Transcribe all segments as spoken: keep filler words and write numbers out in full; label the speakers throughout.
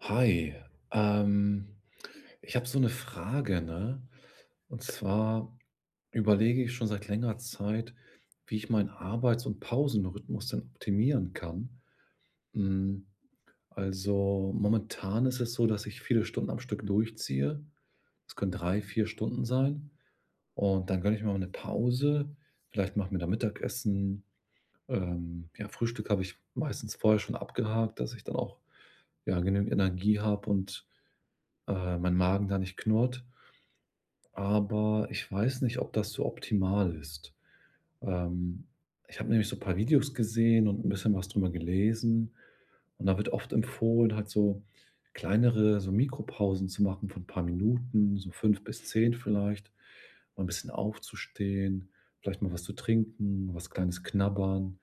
Speaker 1: Hi, ähm, ich habe so eine Frage, ne? Und zwar überlege ich schon seit längerer Zeit, wie ich meinen Arbeits und Pausenrhythmus denn optimieren kann. Hm, also, momentan ist es so, dass ich viele Stunden am Stück durchziehe. Das können drei, vier Stunden sein. Und dann gönne ich mir mal eine Pause. Vielleicht mache ich mir da Mittagessen. Ähm, ja, Frühstück habe ich meistens vorher schon abgehakt, dass ich dann auch, ja, genügend Energie habe und äh, mein Magen da nicht knurrt. Aber ich weiß nicht, ob das so optimal ist. Ähm, Ich habe nämlich so ein paar Videos gesehen und ein bisschen was drüber gelesen. Und da wird oft empfohlen, halt so kleinere so Mikropausen zu machen von ein paar Minuten, so fünf bis zehn vielleicht, mal ein bisschen aufzustehen, vielleicht mal was zu trinken, was Kleines knabbern,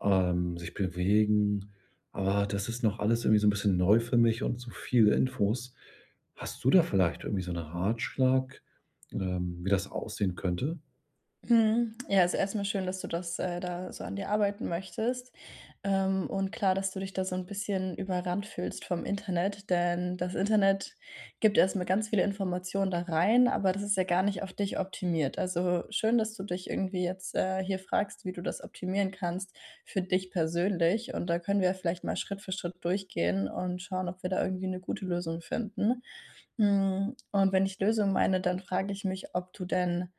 Speaker 1: ähm, sich bewegen. Aber das ist noch alles irgendwie so ein bisschen neu für mich und so viele Infos. Hast du da vielleicht irgendwie so einen Ratschlag, ähm, wie das aussehen könnte?
Speaker 2: Mhm. Ja, also erstmal schön, dass du das, äh, da so an dir arbeiten möchtest. Ähm, und klar, dass du dich da so ein bisschen überrannt fühlst vom Internet, denn das Internet gibt erstmal ganz viele Informationen da rein, aber das ist ja gar nicht auf dich optimiert. Also, schön, dass du dich irgendwie jetzt, äh, hier fragst, wie du das optimieren kannst für dich persönlich. Und da können wir ja vielleicht mal Schritt für Schritt durchgehen und schauen, ob wir da irgendwie eine gute Lösung finden. Hm, und wenn ich Lösung meine, dann frage ich mich, ob du denn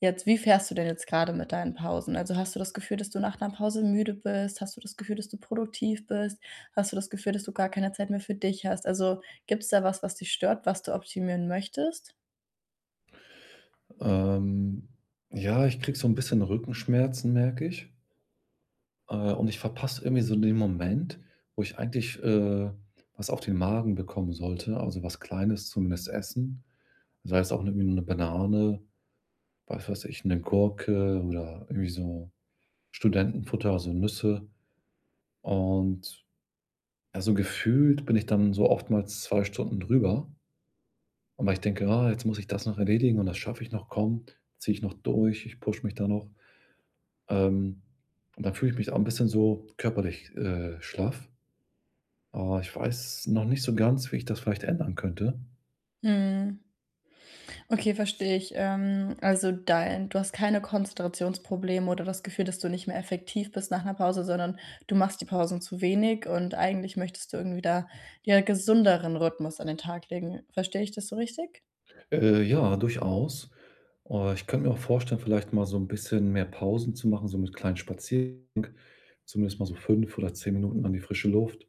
Speaker 2: Jetzt, wie fährst du denn jetzt gerade mit deinen Pausen? Also, hast du das Gefühl, dass du nach einer Pause müde bist? Hast du das Gefühl, dass du produktiv bist? Hast du das Gefühl, dass du gar keine Zeit mehr für dich hast? Also, gibt es da was, was dich stört, was du optimieren möchtest?
Speaker 1: Ähm, ja, ich krieg so ein bisschen Rückenschmerzen, merke ich. Äh, und ich verpasse irgendwie so den Moment, wo ich eigentlich, äh, was auf den Magen bekommen sollte, also was Kleines zumindest essen. Sei es auch irgendwie nur eine Banane, was weiß ich, eine Gurke oder irgendwie so Studentenfutter, also Nüsse. Und ja, so gefühlt bin ich dann so oftmals zwei Stunden drüber. Und weil ich denke: „Ah, jetzt muss ich das noch erledigen und das schaffe ich noch. Komm, ziehe ich noch durch. Ich pushe mich da noch.“ Ähm, und dann fühle ich mich auch ein bisschen so körperlich, äh, schlaff. Aber ich weiß noch nicht so ganz, wie ich das vielleicht ändern könnte.
Speaker 2: Mhm. Okay, verstehe ich. Ähm, also, dein du hast keine Konzentrationsprobleme oder das Gefühl, dass du nicht mehr effektiv bist nach einer Pause, sondern du machst die Pausen zu wenig und eigentlich möchtest du irgendwie da, ja, gesünderen Rhythmus an den Tag legen. Verstehe ich das so richtig?
Speaker 1: Äh, ja, durchaus. Oh, ich könnte mir auch vorstellen, vielleicht mal so ein bisschen mehr Pausen zu machen, so mit kleinen Spaziergängen, zumindest mal so fünf oder zehn Minuten an die frische Luft,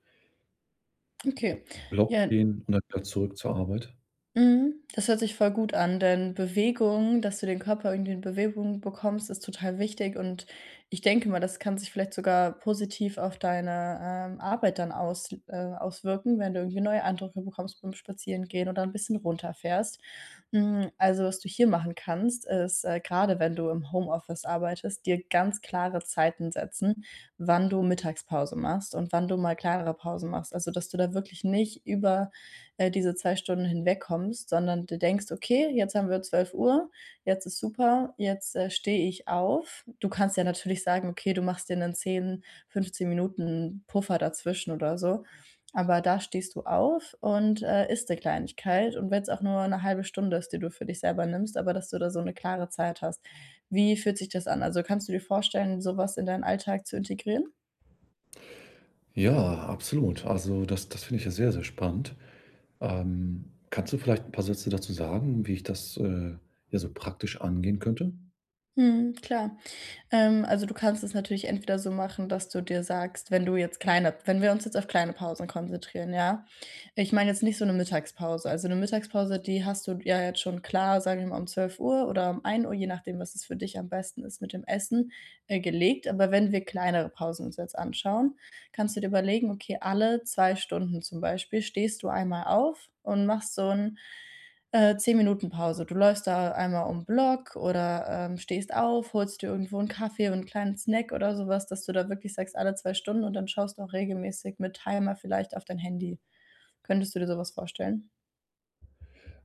Speaker 2: Okay.
Speaker 1: Block
Speaker 2: Ja,
Speaker 1: gehen und dann wieder zurück zur Arbeit.
Speaker 2: mhm, das hört sich voll gut an, denn Bewegung dass du den Körper irgendwie in Bewegung bekommst, ist total wichtig, und ich denke mal, das kann sich vielleicht sogar positiv auf deine, ähm, Arbeit dann aus äh, auswirken, wenn du irgendwie neue Eindrücke bekommst beim Spazierengehen oder ein bisschen runterfährst. Hm, also, was du hier machen kannst, ist, äh, grade wenn du im Homeoffice arbeitest, dir ganz klare Zeiten setzen, wann du Mittagspause machst und wann du mal kleinere Pausen machst. Also, dass du da wirklich nicht über äh, diese zwei Stunden hinwegkommst, sondern du denkst, okay, jetzt haben wir zwölf Uhr, jetzt ist super, jetzt äh, stehe ich auf. Du kannst ja natürlich sagen, okay, du machst dir einen zehn, fünfzehn Minuten Puffer dazwischen oder so. Aber da stehst du auf und äh, isst eine Kleinigkeit. Und wenn es auch nur eine halbe Stunde ist, die du für dich selber nimmst, aber dass du da so eine klare Zeit hast. Wie fühlt sich das an? Also, kannst du dir vorstellen, sowas in deinen Alltag zu integrieren?
Speaker 1: Ja, absolut. Also, das das finde ich ja sehr, sehr spannend. Ähm, Kannst du vielleicht ein paar Sätze dazu sagen, wie ich das, äh, ja, so praktisch angehen könnte?
Speaker 2: Mhm, klar. Ähm, also, du kannst es natürlich entweder so machen, dass du dir sagst, wenn du jetzt kleine wenn wir uns jetzt auf kleine Pausen konzentrieren, ja? Ich meine jetzt nicht so eine Mittagspause. Also, eine Mittagspause, die hast du ja jetzt schon klar, sagen wir mal, um zwölf Uhr oder um ein Uhr, je nachdem, was es für dich am besten ist mit dem Essen, äh, gelegt. Aber wenn wir kleinere Pausen uns jetzt anschauen, kannst du dir überlegen, okay, alle zwei Stunden zum Beispiel stehst du einmal auf und machst so ein äh, zehn Minuten Pause. Du läufst da einmal um 'n Block oder, ähm, stehst auf, holst dir irgendwo einen Kaffee und einen kleinen Snack oder sowas, dass du da wirklich sagst, alle zwei Stunden, und dann schaust du auch regelmäßig mit Timer vielleicht auf dein Handy. Könntest du dir sowas vorstellen?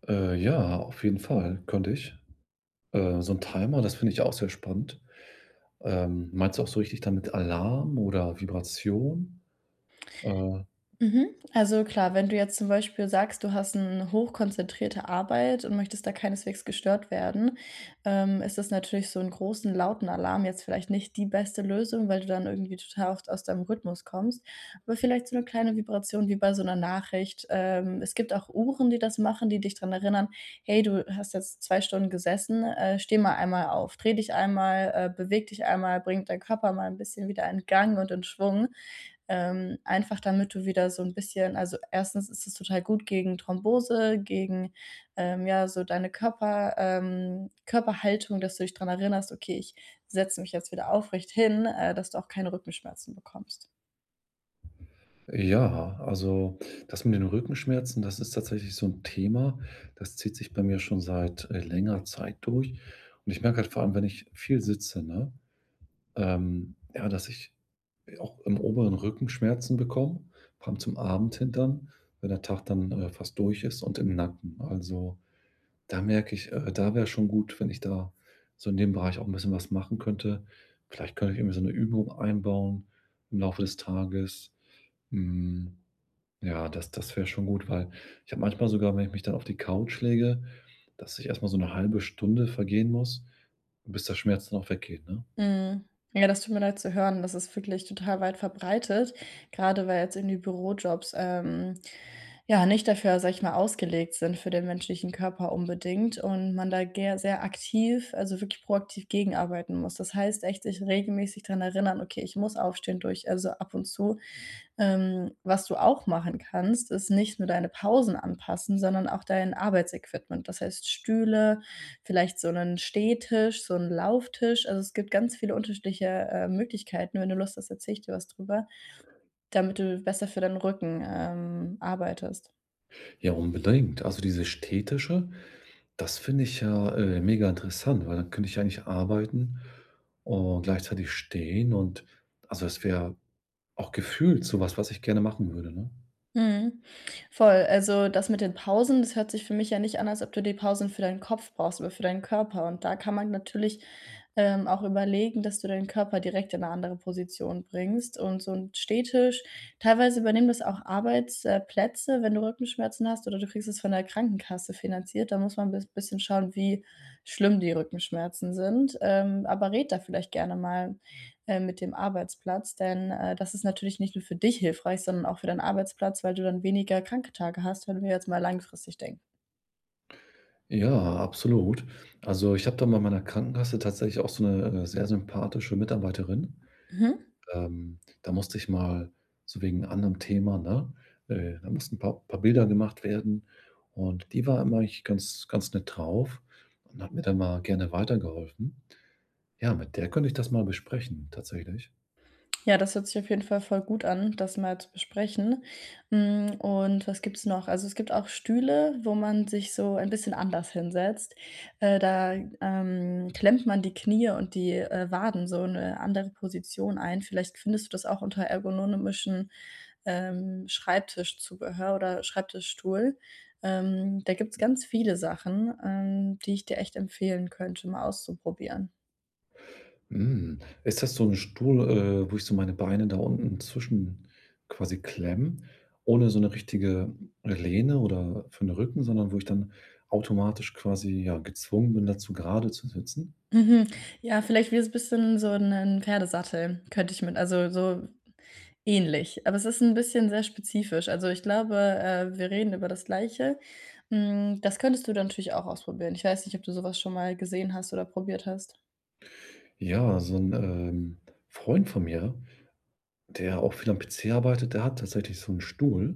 Speaker 1: Äh, ja, auf jeden Fall könnte ich. Äh, so ein Timer, das finde ich auch sehr spannend. Ähm, meinst du auch so richtig damit Alarm oder Vibration? Äh,
Speaker 2: Mhm. Also klar, wenn du jetzt zum Beispiel sagst, du hast eine hochkonzentrierte Arbeit und möchtest da keineswegs gestört werden, ähm, ist das natürlich so einen großen, lauten Alarm jetzt vielleicht nicht die beste Lösung, weil du dann irgendwie total oft aus deinem Rhythmus kommst. Aber vielleicht so eine kleine Vibration wie bei so einer Nachricht. Ähm, es gibt auch Uhren, die das machen, die dich dran erinnern: „Hey, du hast jetzt zwei Stunden gesessen, äh, steh mal einmal auf. Dreh dich einmal, äh, beweg dich einmal, bring deinen Körper mal ein bisschen wieder in Gang und in Schwung." ähm, einfach damit du wieder so ein bisschen, also, erstens ist es total gut gegen Thrombose, gegen, ähm, ja, so deine Körper ähm, Körperhaltung, dass du dich dran erinnerst: „Okay, ich setze mich jetzt wieder aufrecht hin", äh, dass du auch keine Rückenschmerzen bekommst.
Speaker 1: ja, also, das mit den Rückenschmerzen, das ist tatsächlich so ein Thema, das zieht sich bei mir schon seit, äh, längerer Zeit durch. Und ich merke halt vor allem, wenn ich viel sitze, ne? Ähm, ja, dass ich auch im oberen Rücken Schmerzen bekomme, vor allem zum Abend hin dann, wenn der Tag dann, äh, fast durch ist und im Nacken. Also, da merke ich, äh, da wäre schon gut, wenn ich da so in dem Bereich auch ein bisschen was machen könnte. Vielleicht könnte ich irgendwie so eine Übung einbauen im Laufe des Tages. Hm, ja, das das wäre schon gut, weil ich habe manchmal sogar, wenn ich mich dann auf die Couch lege, dass ich erstmal so eine halbe Stunde vergehen muss, bis der Schmerz dann auch weggeht, ne?
Speaker 2: Mhm. Ja, das tut mir leid zu hören. Das ist wirklich total weit verbreitet, gerade weil jetzt irgendwie Bürojobs, ähm, ja, nicht dafür, sage ich mal, ausgelegt sind für den menschlichen Körper unbedingt, und man da ger sehr aktiv, also wirklich proaktiv gegenarbeiten muss. Das heißt echt, sich regelmäßig daran erinnern: „Okay, ich muss aufstehen durch", also ab und zu, ähm, was du auch machen kannst, ist nicht nur deine Pausen anpassen, sondern auch dein Arbeitsequipment. Das heißt Stühle, vielleicht so einen Stehtisch, so einen Lauftisch. Also, es gibt ganz viele unterschiedliche, äh, Möglichkeiten. Wenn du Lust hast, erzähle ich dir was drüber, damit du besser für deinen Rücken, ähm, arbeitest.
Speaker 1: Ja, unbedingt. Also diese Städtische, das finde ich ja, äh, mega interessant, weil dann könnte ich ja eigentlich arbeiten und gleichzeitig stehen und also es wäre auch gefühlt so was, was ich gerne machen würde, ne?
Speaker 2: Mhm. Voll. Also, das mit den Pausen, das hört sich für mich ja nicht an, als ob du die Pausen für deinen Kopf brauchst, aber für deinen Körper. Und da kann man natürlich, ähm, auch überlegen, dass du deinen Körper direkt in eine andere Position bringst, und so 'n Stehtisch, teilweise übernehmen das auch Arbeitsplätze, wenn du Rückenschmerzen hast, oder du kriegst es von der Krankenkasse finanziert. Da muss man ein bisschen schauen, wie schlimm die Rückenschmerzen sind, ähm, aber red da vielleicht gerne mal äh, mit dem Arbeitsplatz, denn, äh, das ist natürlich nicht nur für dich hilfreich, sondern auch für deinen Arbeitsplatz, weil du dann weniger Kranktage hast, wenn wir jetzt mal langfristig denken.
Speaker 1: Ja, absolut. Also, ich habe da bei meiner Krankenkasse tatsächlich auch so eine äh, sehr sympathische Mitarbeiterin.
Speaker 2: Mhm.
Speaker 1: Ähm, da musste ich mal so wegen anderem Thema, ne, äh da mussten ein paar paar Bilder gemacht werden und die war immer eigentlich ganz ganz nett drauf und hat mir da mal gerne weitergeholfen. Ja, mit der könnte ich das mal besprechen, tatsächlich.
Speaker 2: Ja, das hört sich auf jeden Fall voll gut an, das mal zu besprechen. Hm, und was gibt's noch? Also, es gibt auch Stühle, wo man sich so ein bisschen anders hinsetzt. Äh, da, ähm, klemmt man die Knie und die, äh, Waden so in 'ne andere Position ein. Vielleicht findest du das auch unter ergonomischen, ähm, Schreibtischzubehör oder Schreibtischstuhl. Ähm, da gibt's ganz viele Sachen, ähm, die ich dir echt empfehlen könnte, mal auszuprobieren.
Speaker 1: Hm, ist das so 'n Stuhl, äh, wo ich so meine Beine da unten zwischen quasi klemme, ohne so 'ne richtige Lehne oder für 'n Rücken, sondern wo ich dann automatisch quasi, ja, gezwungen bin, dazu gerade zu sitzen?
Speaker 2: Mhm. Ja, vielleicht wie es bisschen so 'nen Pferdesattel könnte ich mit, also, so ähnlich. Aber es ist 'n bisschen sehr spezifisch. Also, ich glaube, äh, wir reden über das Gleiche. Hm, das könntest du dann natürlich auch ausprobieren. Ich weiß nicht, ob du so was schon mal gesehen hast oder probiert hast.
Speaker 1: Ja, so 'n, ähm, Freund von mir, der auch viel am P C arbeitet, der hat tatsächlich so 'n Stuhl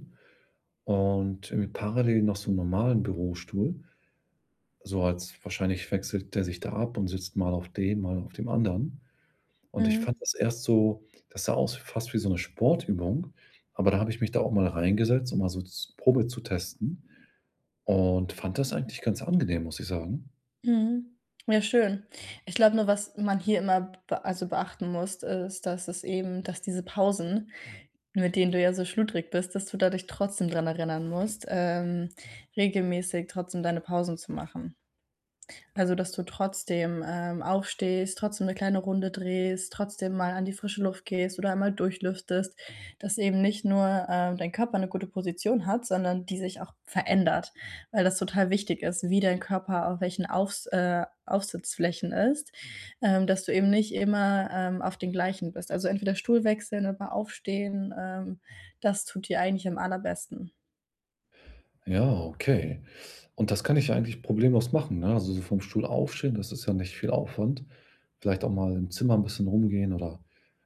Speaker 1: und irgendwie parallel noch so 'n normalen Bürostuhl. So als wahrscheinlich wechselt der sich da ab und sitzt mal auf dem, mal auf dem anderen. Und ich fand
Speaker 2: Mhm.
Speaker 1: das erst so, das sah aus fast wie so 'ne Sportübung, aber da habe ich mich da auch mal reingesetzt, um mal so z Probe zu testen und fand das eigentlich ganz angenehm, muss ich sagen.
Speaker 2: Mhm. Ja, schön. Ich glaube nur, was man hier immer be also, beachten muss, ist, dass es eben dass diese Pausen, mit denen du ja so schludrig bist, dass du da dich trotzdem dran erinnern musst, ähm, regelmäßig trotzdem deine Pausen zu machen. Also, dass du trotzdem, ähm, aufstehst, trotzdem eine kleine Runde drehst, trotzdem mal an die frische Luft gehst oder einmal durchlüftest, dass eben nicht nur, ähm, dein Körper eine gute Position hat, sondern die sich auch verändert, weil das total wichtig ist, wie dein Körper auf welchen Aufs äh, Aufsitzflächen ist, ähm, dass du eben nicht immer, ähm, auf den gleichen bist. Also, entweder Stuhl wechseln oder aufstehen, ähm, das tut dir eigentlich am allerbesten.
Speaker 1: Ja, okay. Und das kann ich ja eigentlich problemlos machen, ne? Also, so vom Stuhl aufstehen, das ist ja nicht viel Aufwand. Vielleicht auch mal im Zimmer 'n bisschen rumgehen oder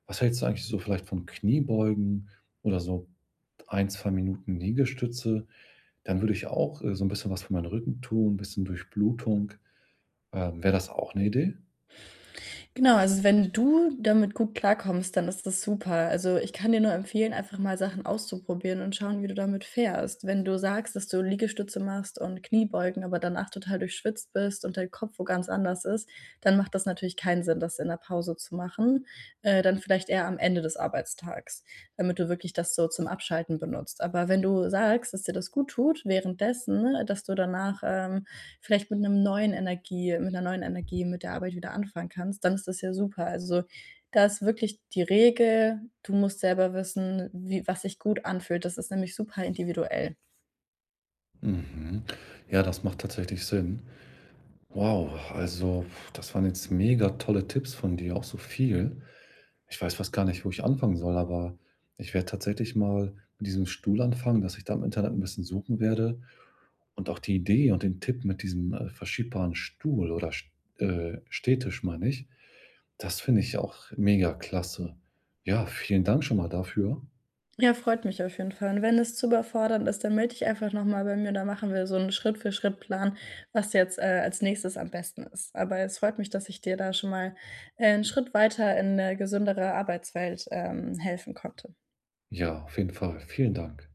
Speaker 1: was hältst du eigentlich so vielleicht von Kniebeugen oder so ein zwei Minuten Liegestütze? Dann würde ich auch, äh, so 'n bisschen was für meinen Rücken tun, bisschen Durchblutung. Ähm, wäre das auch 'ne Idee?
Speaker 2: Genau, also wenn du damit gut klarkommst, dann ist das super. Also, ich kann dir nur empfehlen, einfach mal Sachen auszuprobieren und schauen, wie du damit fährst. Wenn du sagst, dass du Liegestütze machst und Kniebeugen, aber danach total durchschwitzt bist und dein Kopf wo ganz anders ist, dann macht das natürlich keinen Sinn, das in der Pause zu machen. Äh, dann vielleicht eher am Ende des Arbeitstags, damit du wirklich das so zum Abschalten benutzt. Aber wenn du sagst, dass dir das gut tut, währenddessen, ne, dass du danach ähm, vielleicht mit einem neuen Energie mit einer neuen Energie mit der Arbeit wieder anfangen kannst, dann ist das ja super. Also, da ist wirklich die Regel, du musst selber wissen, wie, was sich gut anfühlt. Das ist nämlich super individuell.
Speaker 1: Mhm. Ja, das macht tatsächlich Sinn. Wow, also, pf, das waren jetzt mega tolle Tipps von dir, auch so viel. Ich weiß fast gar nicht, wo ich anfangen soll, aber ich werde tatsächlich mal mit diesem Stuhl anfangen, dass ich da im Internet ein bisschen suchen werde und auch die Idee und den Tipp mit diesem, äh, verschiebbaren Stuhl oder st äh, Stehtisch, meine ich. Das finde ich auch mega klasse. Ja, vielen Dank schon mal dafür.
Speaker 2: Ja, freut mich auf jeden Fall. Und wenn es zu überfordernd ist, dann melde dich einfach noch mal bei mir, da machen wir so einen Schritt-für-Schritt-Plan, was jetzt, äh, als Nächstes am besten ist. Aber es freut mich, dass ich dir da schon mal, äh, 'n Schritt weiter in 'ne gesündere Arbeitswelt, ähm, helfen konnte.
Speaker 1: Ja, auf jeden Fall. Vielen Dank.